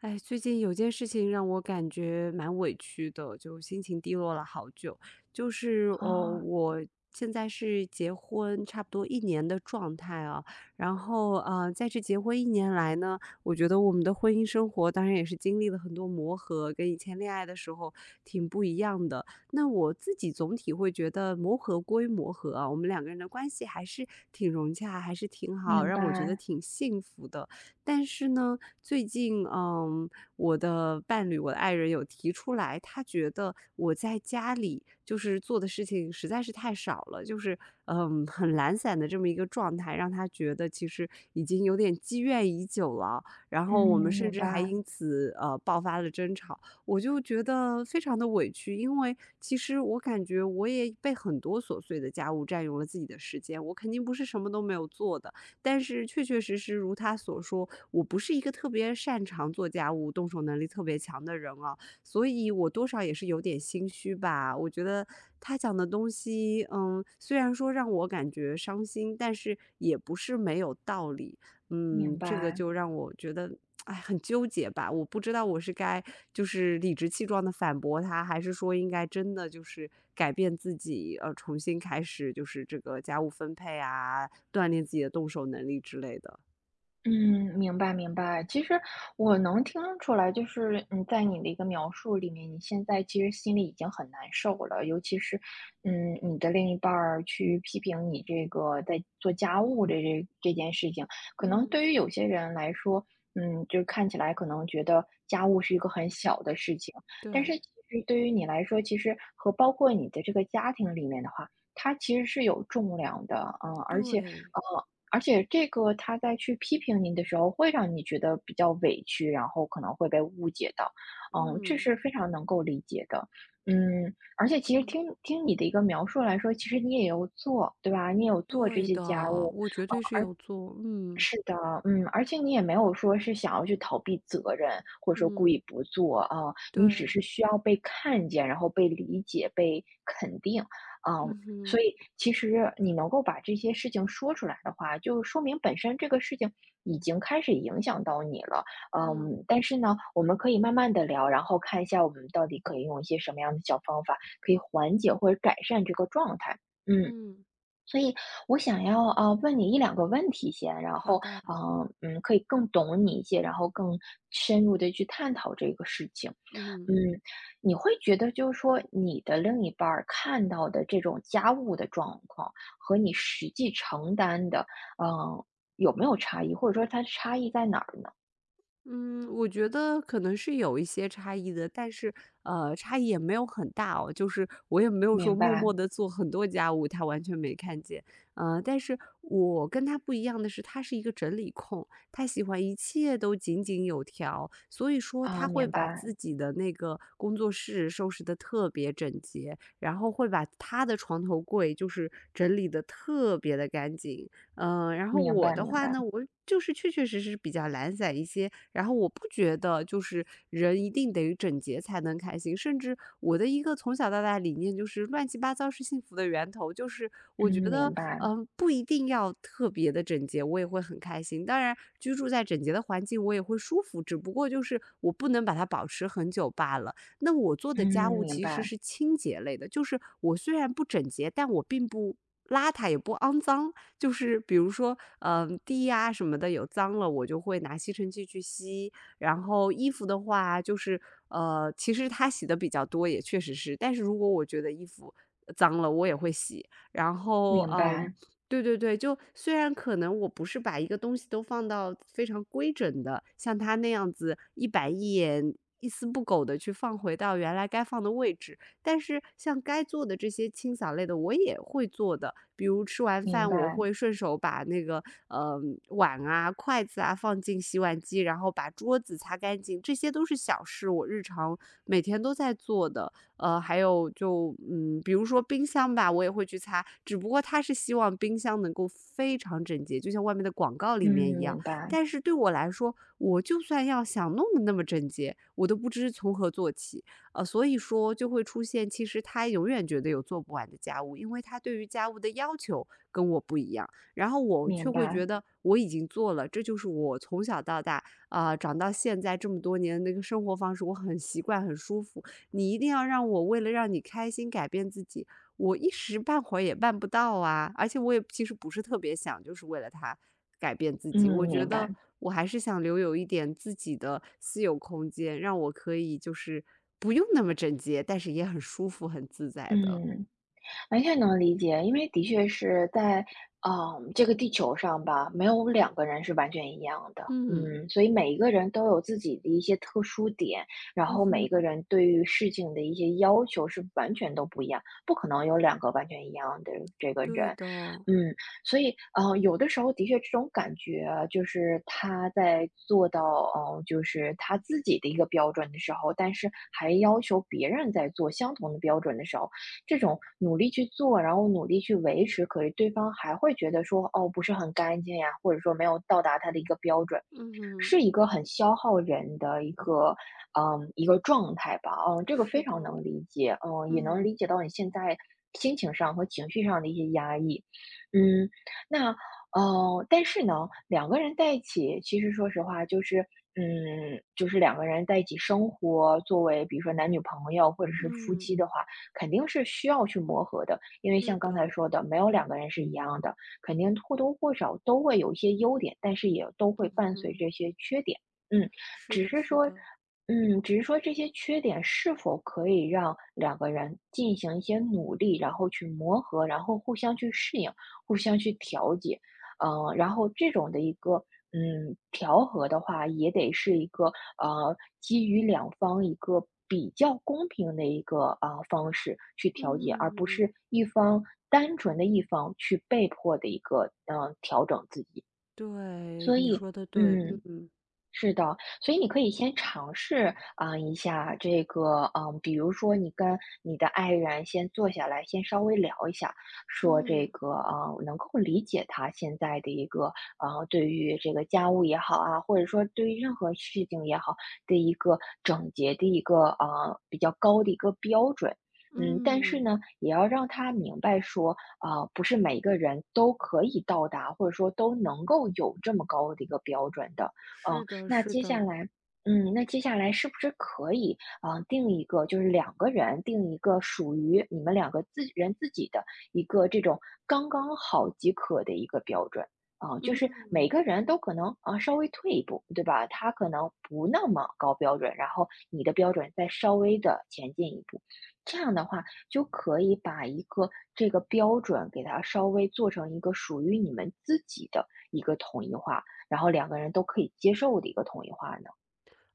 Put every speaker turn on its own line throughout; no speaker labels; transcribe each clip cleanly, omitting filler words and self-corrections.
哎，最近有件事情让我感觉蛮委屈的，就心情低落了好久。
哦，
我现在是结婚差不多一年的状态啊。然后在这结婚一年来呢，我觉得我们的婚姻生活当然也是经历了很多磨合，跟以前恋爱的时候挺不一样的。那我自己总体会觉得磨合归磨合啊，我们两个人的关系还是挺融洽，还是挺好，
明
让我觉得
白，
挺幸福的。但是呢，最近，我的伴侣，我的爱人有提出来，他觉得我在家里就是做的事情实在是太少了，就是嗯很懒散的这么一个状态，让他觉得其实已经有点积怨已久了。然
嗯，
后我们甚
明
至还
白，
因此爆发了争吵。我就觉得非常的委屈，因为其实我感觉我也被很多琐碎的家务占用了自己的时间，我肯定不是什么都没有做的，但是确确实实如他所说，我不是一个特别擅长做家务、动手能力特别强的人啊，所以我多少也是有点心虚吧。我觉得他讲的东西，虽然说让我感觉伤心，但是也不是没有道理。
明
这个
白，
就让我觉得，哎，很纠结吧。我不知道我是该就是理直气壮的反驳他，还是说应该真的就是改变自己，重新开始，就是这个家务分配啊，锻炼自己的动手能力之类的。
嗯，明白明白。其实我能听出来，就是在你的一个描述里面，你现在其实心里已经很难受了，尤其是你的另一半儿去批评你这个在做家务的这件事情，可能
嗯，
对于有些人来说，就看起来可能觉得家务是一个很小的事情，但是
对
其实对于你来说，其实和包括你的这个家庭里面的话，它其实是有重量的，
对，
而且这个他在去批评你的时候，会让你觉得比较委屈，然后可能会被误解到，这
嗯
是非常能够理解的，而且其实
嗯，
听听你的一个描述来说，其实你也有做，对吧？你也有做这
对
些
的，
家务，
我绝对是有做，嗯
是的，而且你也没有说是想要去逃避责任，或者说故
嗯，
意不做啊，
对，
你只是需要被看见，然后被理解、被肯定，嗯，
嗯
所
哼，
以其实你能够把这些事情说出来的话，就说明本身这个事情已经开始影响到你了，
嗯
但是呢，我们可以慢慢的聊，然后看一下我们到底可以用一些什么样的小方法，可以缓解或者改善这个状态，嗯。
嗯，
所以我想要啊问你一两个问题先，然
好
后
的，
可以更懂你一些，然后更深入的去探讨这个事情。
嗯。
嗯，你会觉得就是说你的另一半儿看到的这种家务的状况和你实际承担的，嗯、呃有没有差异，或者说它差异在哪儿呢？
嗯，我觉得可能是有一些差异的，但是差异也没有很大哦。就是我也没有说
明
默默
白
的做很多家务，他完全没看见。但是我跟他不一样的是，他是一个整理控，他喜欢一切都井井有条，所以说
啊，
他会
明
把
白，
自己的那个工作室收拾的特别整洁，然后会把他的床头柜就是整理的特别的干净。嗯，然后
明
我
白，
的
明
话
白，
呢，我就是确确实实比较懒散一些，然后我不觉得就是人一定得整洁才能开心，甚至我的一个从小到大的理念就是乱七八糟是幸福的源头，就是我觉
嗯，
得，
明白，
不一定要特别的整洁，我也会很开心。当然，居住在整洁的环境我也会舒服，只不过就是我不能把它保持很久罢了。那我做的家
嗯，
务
明
其实
白，
是清洁类的，就是我虽然不整洁，但我并不邋遢也不肮脏，就是比如说，地呀什么的有脏了，我就会拿吸尘器去吸。然后衣服的话，就是其实他洗的比较多，也确实是。但是如果我觉得衣服脏了，我也会洗。然后，
明
嗯，
白，
对对对，就虽然可能我不是把一个东西都放到非常规整的，像他那样子一板一眼、一丝不苟的去放回到原来该放的位置。但是像该做的这些清扫类的我也会做的，比如吃完
明
饭我
白，
会顺手把那个碗啊、筷子啊放进洗碗机，然后把桌子擦干净，这些都是小事，我日常每天都在做的。还有就嗯，比如说冰箱吧，我也会去擦，只不过他是希望冰箱能够非常整洁，就像外面的广告里
嗯，
面一样。
明白，
但是对我来说，我就算要想弄得那么整洁，我都不知从何做起。所以说就会出现，其实他永远觉得有做不完的家务，因为他对于家务的要求跟我不一样，然后我却
明
会
白。
觉得我已经做了，这就是我从小到大长到现在这么多年的那个生活方式，我很习惯，很舒服。你一定要让我为了让你开心改变自己，我一时半会儿也办不到啊，而且我也其实不是特别想，就是为了他改变自己。我
嗯，
觉
明
得
白。
我还是想留有一点自己的私有空间，让我可以就是不用那么整洁，但是也很舒服、很自在的。
嗯，完全能理解，因为的确是在，这个地球上吧，没有两个人是完全一样的，
嗯
所以每一个人都有自己的一些特殊点，然
嗯
后每一个
哼，
人对于事情的一些要求是完全都不一样，不可能有两个完全一样的这个
对
人，
的，
嗯，所以，有的时候的确这种感觉啊就是他在做到，就是他自己的一个标准的时候，但是还要求别人在做相同的标准的时候。这种努力去做，然后努力去维持，可是对方还会觉得说，哦，不是很干净呀，或者说没有到达他的一个标准，
嗯哼，
是一个很消耗人的一个状态吧。嗯，这个
是
非
的，
常能理解，也能
嗯
理解到你现在心情上和情绪上的一些压抑。嗯，那，但是呢，两个人在一起，其实说实话，就是两个人在一起生活，作为比如说男女朋友或者是夫
嗯，
妻的话，肯定是需要去磨合的。因为
对
像刚才
的，
说的，没有两个人是一样的。肯定或多或少都会有一些优点，但是也都会
嗯
伴随
哼，
这些缺点。嗯，
是
只
的，
是
是
说，
的，
只是说这些缺点是否可以让两个人进行一些努力，然后去磨合，然后互相去适应，互相去调节，然后这种的一个调和的话，也得是一个基于两方一个比较公平的一个方式去调节，而不
嗯，
是单纯的一方去被迫的一个调整自己。
对，
所
你
以，
说的对，
嗯，
嗯
是的，所以你可以先尝试啊一下这个，比如说你跟你的爱人先坐下来，先稍微聊一下，说这
嗯
个，啊，能够理解他现在的一个，对于这个家务也好啊，或者说对于任何事情也好的一个整洁的一个，比较高的一个标准。但是
嗯。
呢，也要让他明白说，不是每一个人都可以到达，或者说都能够有这么高的一个标准的，啊。
是的，
那
是
接下
的，
来是不是可以，啊？定一个就是两个人定一个属于你们两个自人自己的一个这种刚刚好即可的一个标准。啊，就是每
嗯，
个人都可能，啊，稍微退一步，对吧？他可能不那么高标准，然后你的标准再稍微的前进一步。这样的话，就可以把一个这个标准给它稍微做成一个属于你们自己的一个统一化，然后两个人都可以接受的一个统一化呢？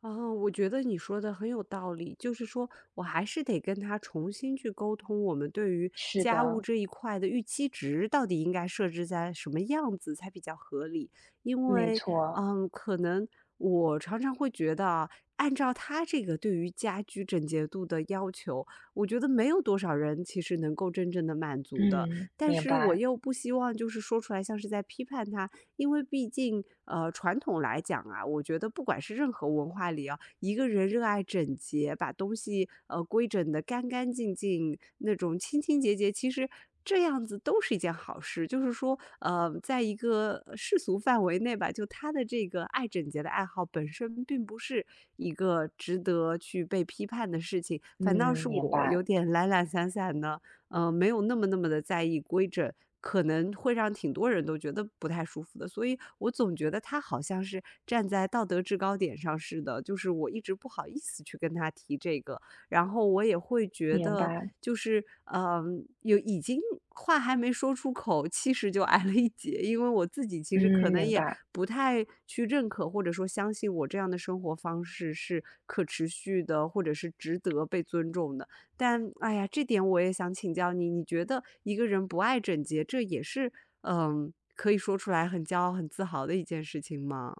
啊，我觉得你说的很有道理，就是说我还是得跟他重新去沟通，我们对于
是
家务
的，
这一块的预期值到底应该设置在什么样子才比较合理？因
没
为，
错，
嗯，可能我常常会觉得啊，按照他这个对于家居整洁度的要求，我觉得没有多少人其实能够真正的满足的。
嗯，
但
明
是我
白，
又不希望就是说出来像是在批判他，因为毕竟传统来讲啊，我觉得不管是任何文化里啊，一个人热爱整洁，把东西规整的干干净净，那种清清洁洁，其实。这样子都是一件好事，就是说，在一个世俗范围内吧，就他的这个爱整洁的爱好本身并不是一个值得去被批判的事情，反倒
嗯，
是
明
我有
白，
点懒懒散散的，没有那么那么的在意规整，可能会让挺多人都觉得不太舒服的。所以我总觉得他好像是站在道德制高点上似的，就是我一直不好意思去跟他提这个，然后我也会觉
明
得
白，
就是有已经话还没说出口，其实就挨了一截。因为我自己其实
嗯，
可能
明
也
白。
不太去认可，或者说相信我这样的生活方式是可持续的，或者是值得被尊重的。但哎呀，这点我也想请教你，你觉得一个人不爱整洁，这也是可以说出来很骄傲、很自豪的一件事情吗？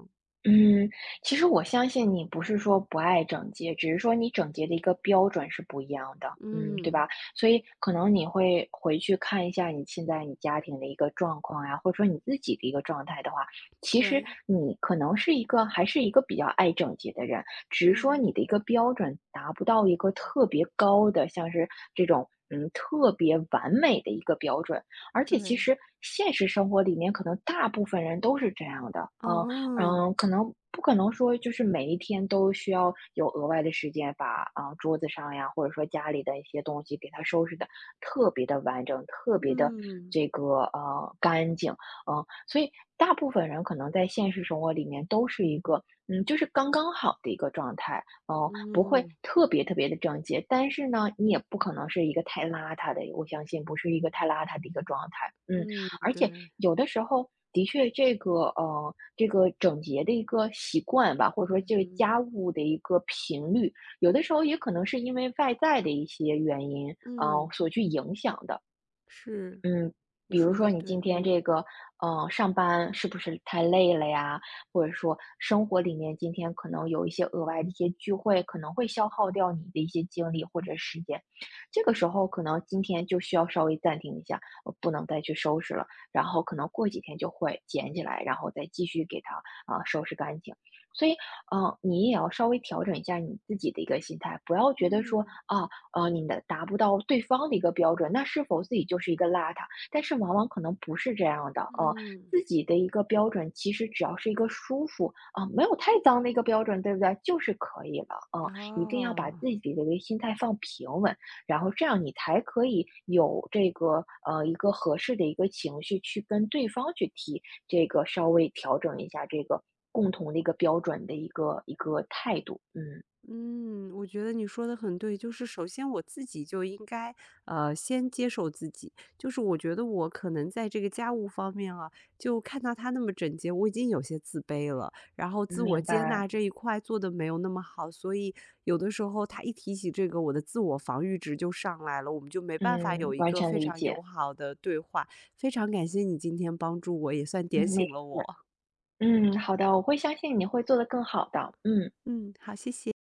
嗯，其实我相信你不是说不爱整洁，只是说你整洁的一个标准是不一样的，对
嗯，
吧？所以可能你会回去看一下你现在你家庭的一个状况呀，或者说你自己的一个状态的话，其实
对，
你可能是一个还是一个比较爱整洁的人，只是说
嗯，
你的一个标准达不到一个特别高的，像是这种。嗯，特别完美的一个标准，而且其
对，
实现实生活里面，可能大部分人都是这样的，嗯，
哦，
可能不可能说就是每一天都需要有额外的时间把桌子上呀，或者说家里的一些东西给它收拾的特别的完整，特别的
嗯
这个干净，所以大部分人可能在现实生活里面都是一个就是刚刚好的一个状态，不会
嗯
特别特别的整洁，但是呢，你也不可能是一个太邋遢的，我相信不是一个太邋遢的一个状态，
嗯，
而且
对，
有的时候的确这个整洁的一个习惯吧，或者说
嗯
这个
嗯
家务的一个频率，有的时候也可能是因为外在的一些原因，
嗯，
所去影响的。
是，
嗯，
你
比如
说的
说你
对，
今天这
嗯
个，上班是不是太累了呀？或者说生活里面今天可能有一些额外的一些聚会，可能会消耗掉你的一些精力或者时间。这个时候可能今天就需要稍微暂停一下，我不能再去收拾了。然后可能过几天就会捡起来，然后再继续给它收拾干净。所以，你也要稍微调整一下你自己的一个心态，不要觉得说
嗯
啊，你的达不到对方的一个标准，那是否自己就是一个邋遢？但是往往可能不是这样的，
嗯，
自己的一个标准其实只要是一个舒服没有太脏的一个标准，对不对？就是可以了，啊，一定要把
哦。
自己的一个心态放平稳，然后这样你才可以有这个一个合适的一个情绪去跟对方去提这个稍微调整一下这个共同的一个标准的一个态度，嗯，
嗯，我觉得你说的很对，就是首先我自己就应该，先接受自己。就是我觉得我可能在这个家务方面啊，就看到他那么整洁，我已经有些自卑了。然后自我
明
接
白，
纳这一块做的没有那么好，所以有的时候他一提起这个，我的自我防御值就上来了，我们就没办法有
嗯，
一
完
个
全
非
理
常友
解。
好的对话。非常感谢你今天帮助我，也算
嗯，
点
没
醒了
事。
我。
嗯，好的，我会相信你会做得更好的，嗯。
嗯，好，谢谢。